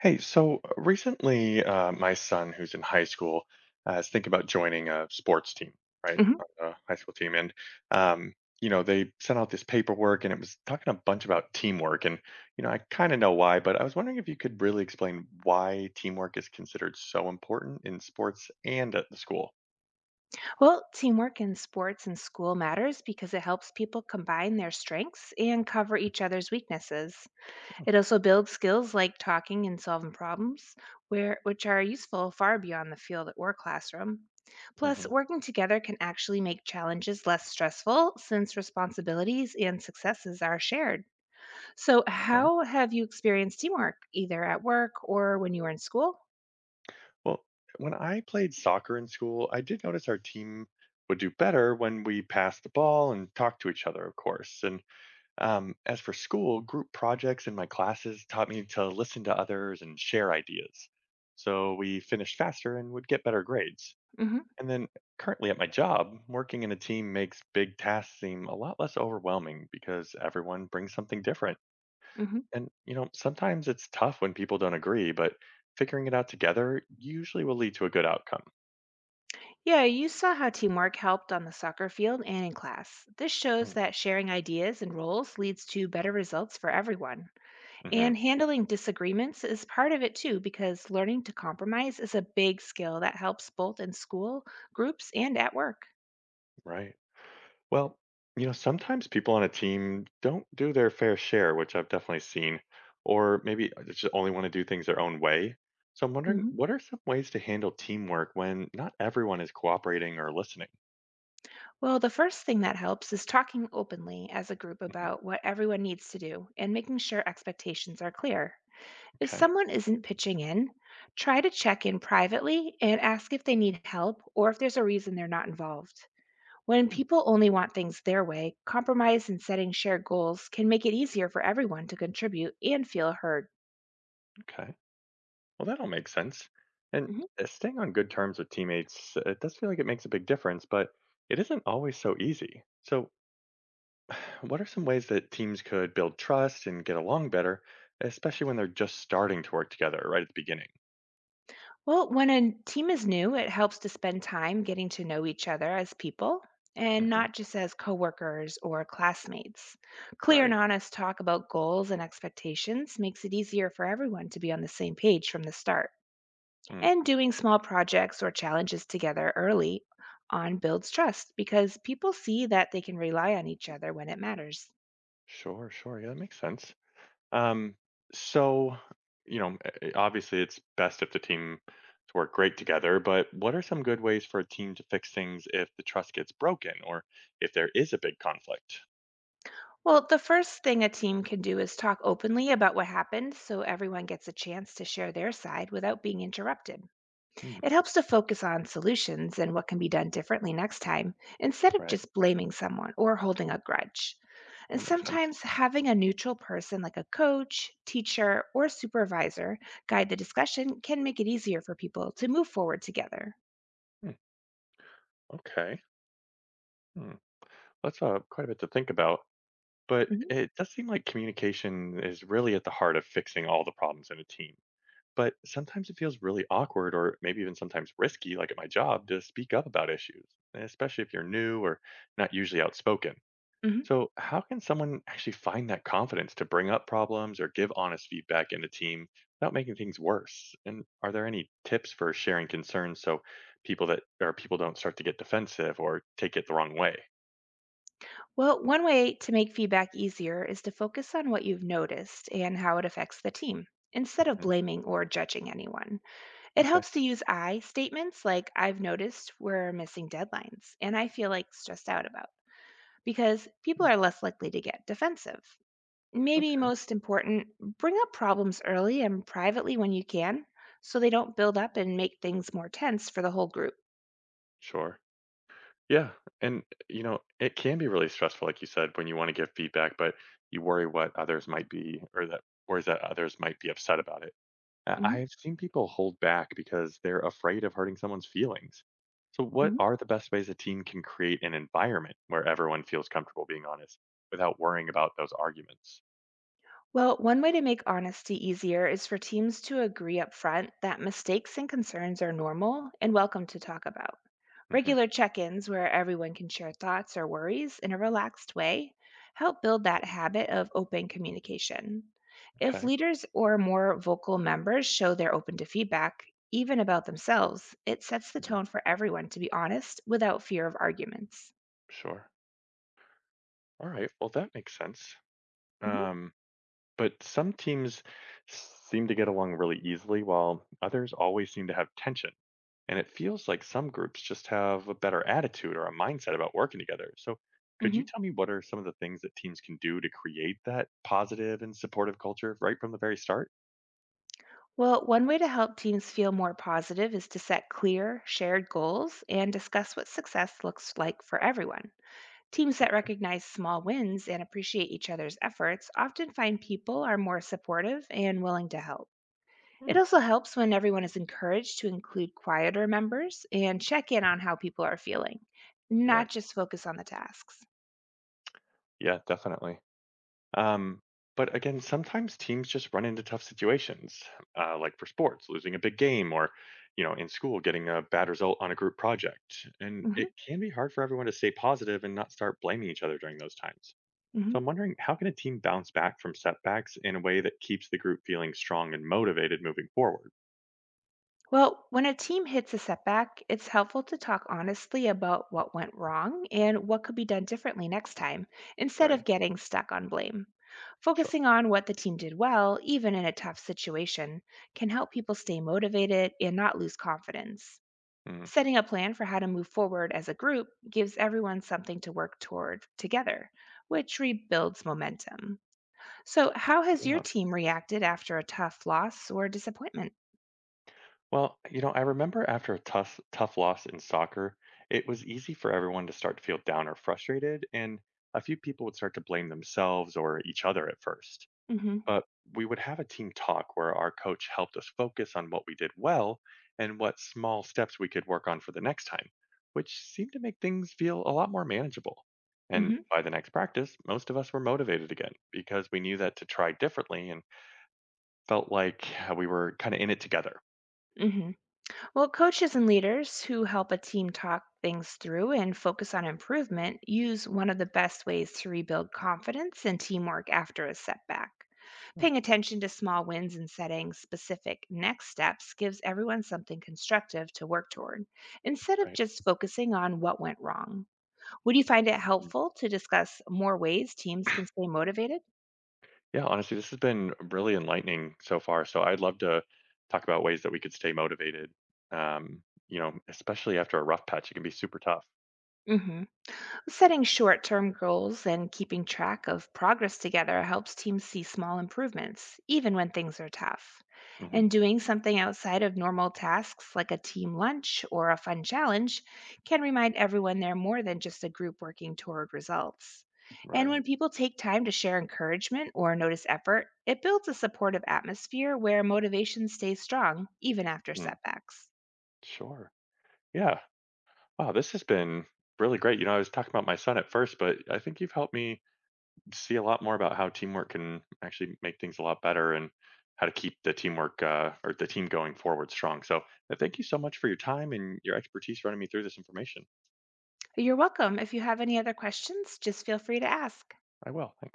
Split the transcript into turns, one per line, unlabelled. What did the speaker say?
Hey, recently, my son, who's in high school, is thinking about joining a sports team, right?
Mhm.
A high school team. Um, they sent out this paperwork and it was talking a bunch about teamwork. And, I kind of know why, but I was wondering if you could really explain why teamwork is considered so important in sports and at the school.
Well, teamwork in sports and school matters because it helps people combine their strengths and cover each other's weaknesses. It also builds skills like talking and solving problems, which are useful far beyond the field or classroom. Plus,
Mm-hmm.
working together can actually make challenges less stressful since responsibilities and successes are shared. So,
Okay.
how have you experienced teamwork, either at work or when you were in school?
Well, when I played soccer in school, I did notice our team would do better when we passed the ball and talked to each other, of course. And As for school, group projects in my classes taught me to listen to others and share ideas. So we finished faster and would get better grades.
hmm
And then currently at my job, working in a team makes big tasks seem a lot less overwhelming because everyone brings something different.
hmm
And, sometimes it's tough when people don't agree, but figuring it out together usually will lead to a good outcome.
Yeah, you saw how teamwork helped on the soccer field and in class. This
Mm.
shows that sharing ideas and roles leads to better results for everyone.
Mm-hmm.
And handling disagreements is part of it too, because learning to compromise is a big skill that helps both in school, groups, and at work.
Right. Well, sometimes people on a team don't do their fair share, which I've definitely seen, or maybe they just only want to do things their own way. So I'm wondering,
hmm
what are some ways to handle teamwork when not everyone is cooperating or listening?
Well, the first thing that helps is talking openly as a group
Hmm.
about what everyone needs to do and making sure expectations are clear. If
Okay.
someone isn't pitching in, try to check in privately and ask if they need help or if there's a reason they're not involved. When
Mm.
people only want things their way, compromise and setting shared goals can make it easier for everyone to contribute and feel heard.
Okay. Well, that all makes sense. And
Mhm.
uh, staying on good terms with teammates, it does feel like it makes a big difference, but it isn't always so easy. So, what are some ways that teams could build trust and get along better, especially when they're just starting to work together right at the beginning?
Well, when a team is new, it helps to spend time getting to know each other as people and
Mhm.
not just as coworkers or classmates. Clear and
Right.
honest talk about goals and expectations makes it easier for everyone to be on the same page from the start.
Mm.
And doing small projects or challenges together early on builds trust because people see that they can rely on each other when it matters.
Sure, sure. Yeah, that makes sense. Um, so, you know, Obviously it's best if the team to work great together, but what are some good ways for a team to fix things if the trust gets broken or if there is a big conflict?
Well, the first thing a team can do is talk openly about what happened so everyone gets a chance to share their side without being interrupted.
Hmm.
It helps to focus on solutions and what can be done differently next time instead of
Right.
just blaming someone or holding a grudge. And
That makes sense.
sometimes having a neutral person like a coach, teacher, or supervisor guide the discussion can make it easier for people to move forward together.
Hmm. Okay. Hmm. That's quite a bit to think about, but
Mhm,
it does seem like communication is really at the heart of fixing all the problems in a team. But sometimes it feels really awkward or maybe even sometimes risky, like at my job, to speak up about issues, especially if you're new or not usually outspoken.
mhm.
So, how can someone actually find that confidence to bring up problems or give honest feedback in a team without making things worse? And are there any tips for sharing concerns so people that or people don't start to get defensive or take it the wrong way?
Well, one way to make feedback easier is to focus on what you've noticed and how it affects the team instead of
Mhm.
blaming or judging anyone. It
Okay.
helps to use I statements like I've noticed we're missing deadlines and I feel like stressed out about because people
Mm.
are less likely to get defensive. Maybe
Okay.
most important, bring up problems early and privately when you can so they don't build up and make things more tense for the whole group.
Sure. Yeah, and, it can be really stressful, like you said, when you wanna give feedback, but you worry what others might be or that worries that others might be upset about it.
Mhm,
I've seen people hold back because they're afraid of hurting someone's feelings. So what
mhm.
are the best ways a team can create an environment where everyone feels comfortable being honest without worrying about those arguments?
Well, one way to make honesty easier is for teams to agree up front that mistakes and concerns are normal and welcome to talk about.
Hmm.
Regular check ins where everyone can share thoughts or worries in a relaxed way help build that habit of open communication.
Okay,
If
'kay.
leaders or more vocal members show they're open to feedback, even about themselves, it sets the
Mhm.
tone for everyone to be honest without fear of arguments.
Sure. Alright, well, that makes sense.
Mhm,
Um but some teams seem to get along really easily, while others always seem to have tension. And it feels like some groups just have a better attitude or a mindset about working together. So, could you
mhm.
tell me what are some of the things that teams can do to create that positive and supportive culture right from the very start?
Well, one way to help teams feel more positive is to set clear, shared goals and discuss what success looks like for everyone. Teams that recognize small wins and appreciate each other's efforts often find people are more supportive and willing to help. It
Hmm.
also helps when everyone is encouraged to include quieter members and check in on how people are feeling,
Right.
not just focus on the tasks.
Yeah, definitely. Um, but again, sometimes teams just run into tough situations, like for sports, losing a big game, or in school, getting a bad result on a group project. And
Mhm,
it can be hard for everyone to stay positive and not start blaming each other during those times. So I'm
mhm.
wondering, how can a team bounce back from setbacks in a way that keeps the group feeling strong and motivated moving forward?
Well, when a team hits a setback, it's helpful to talk honestly about what went wrong and what could be done differently next time, instead
Right.
of getting stuck on blame.
Sure.
Focusing on what the team did well, even in a tough situation, can help people stay motivated and not lose confidence.
Mhm.
Setting a plan for how to move forward as a group gives everyone something to work toward together, which rebuilds momentum. So, how has your
Yeah.
team reacted after a tough loss or disappointment?
Well, I remember after a tough loss in soccer, it was easy for everyone to start to feel down or frustrated, and a few people would start to blame themselves or each other at first.
hmm
But we would have a team talk where our coach helped us focus on what we did well and what small steps we could work on for the next time, which seemed to make things feel a lot more manageable. And
hmm
by the next practice, most of us were motivated again because we knew that to try differently and felt like we were kind of in it together.
hmm Well, coaches and leaders who help a team talk things through and focus on improvement use one of the best ways to rebuild confidence and teamwork after a setback.
Hmm.
Paying attention to small wins and setting specific next steps gives everyone something constructive to work toward instead of
Right.
just focusing on what went wrong. Would you find it
Hmm.
helpful to discuss more ways teams can stay motivated?
Yeah, honestly, this has been really enlightening so far. So I'd love to talk about ways that we could stay motivated. Especially after a rough patch, it can be super tough.
Mhm. Setting short term goals and keeping track of progress together helps teams see small improvements, even when things are tough.
Hmm.
And doing something outside of normal tasks like a team lunch or a fun challenge can remind everyone they're more than just a group working toward results. And
Right.
when people take time to share encouragement or notice effort, it builds a supportive atmosphere where motivation stays strong even after
Mm.
setbacks.
Sure. Yeah. Wow, this has been really great. I was talking about my son at first, but I think you've helped me see a lot more about how teamwork can actually make things a lot better and how to keep the teamwork or the team going forward strong. So thank you so much for your time and your expertise running me through this information.
You're welcome. If you have any other questions, just feel free to ask.
I will. Thanks.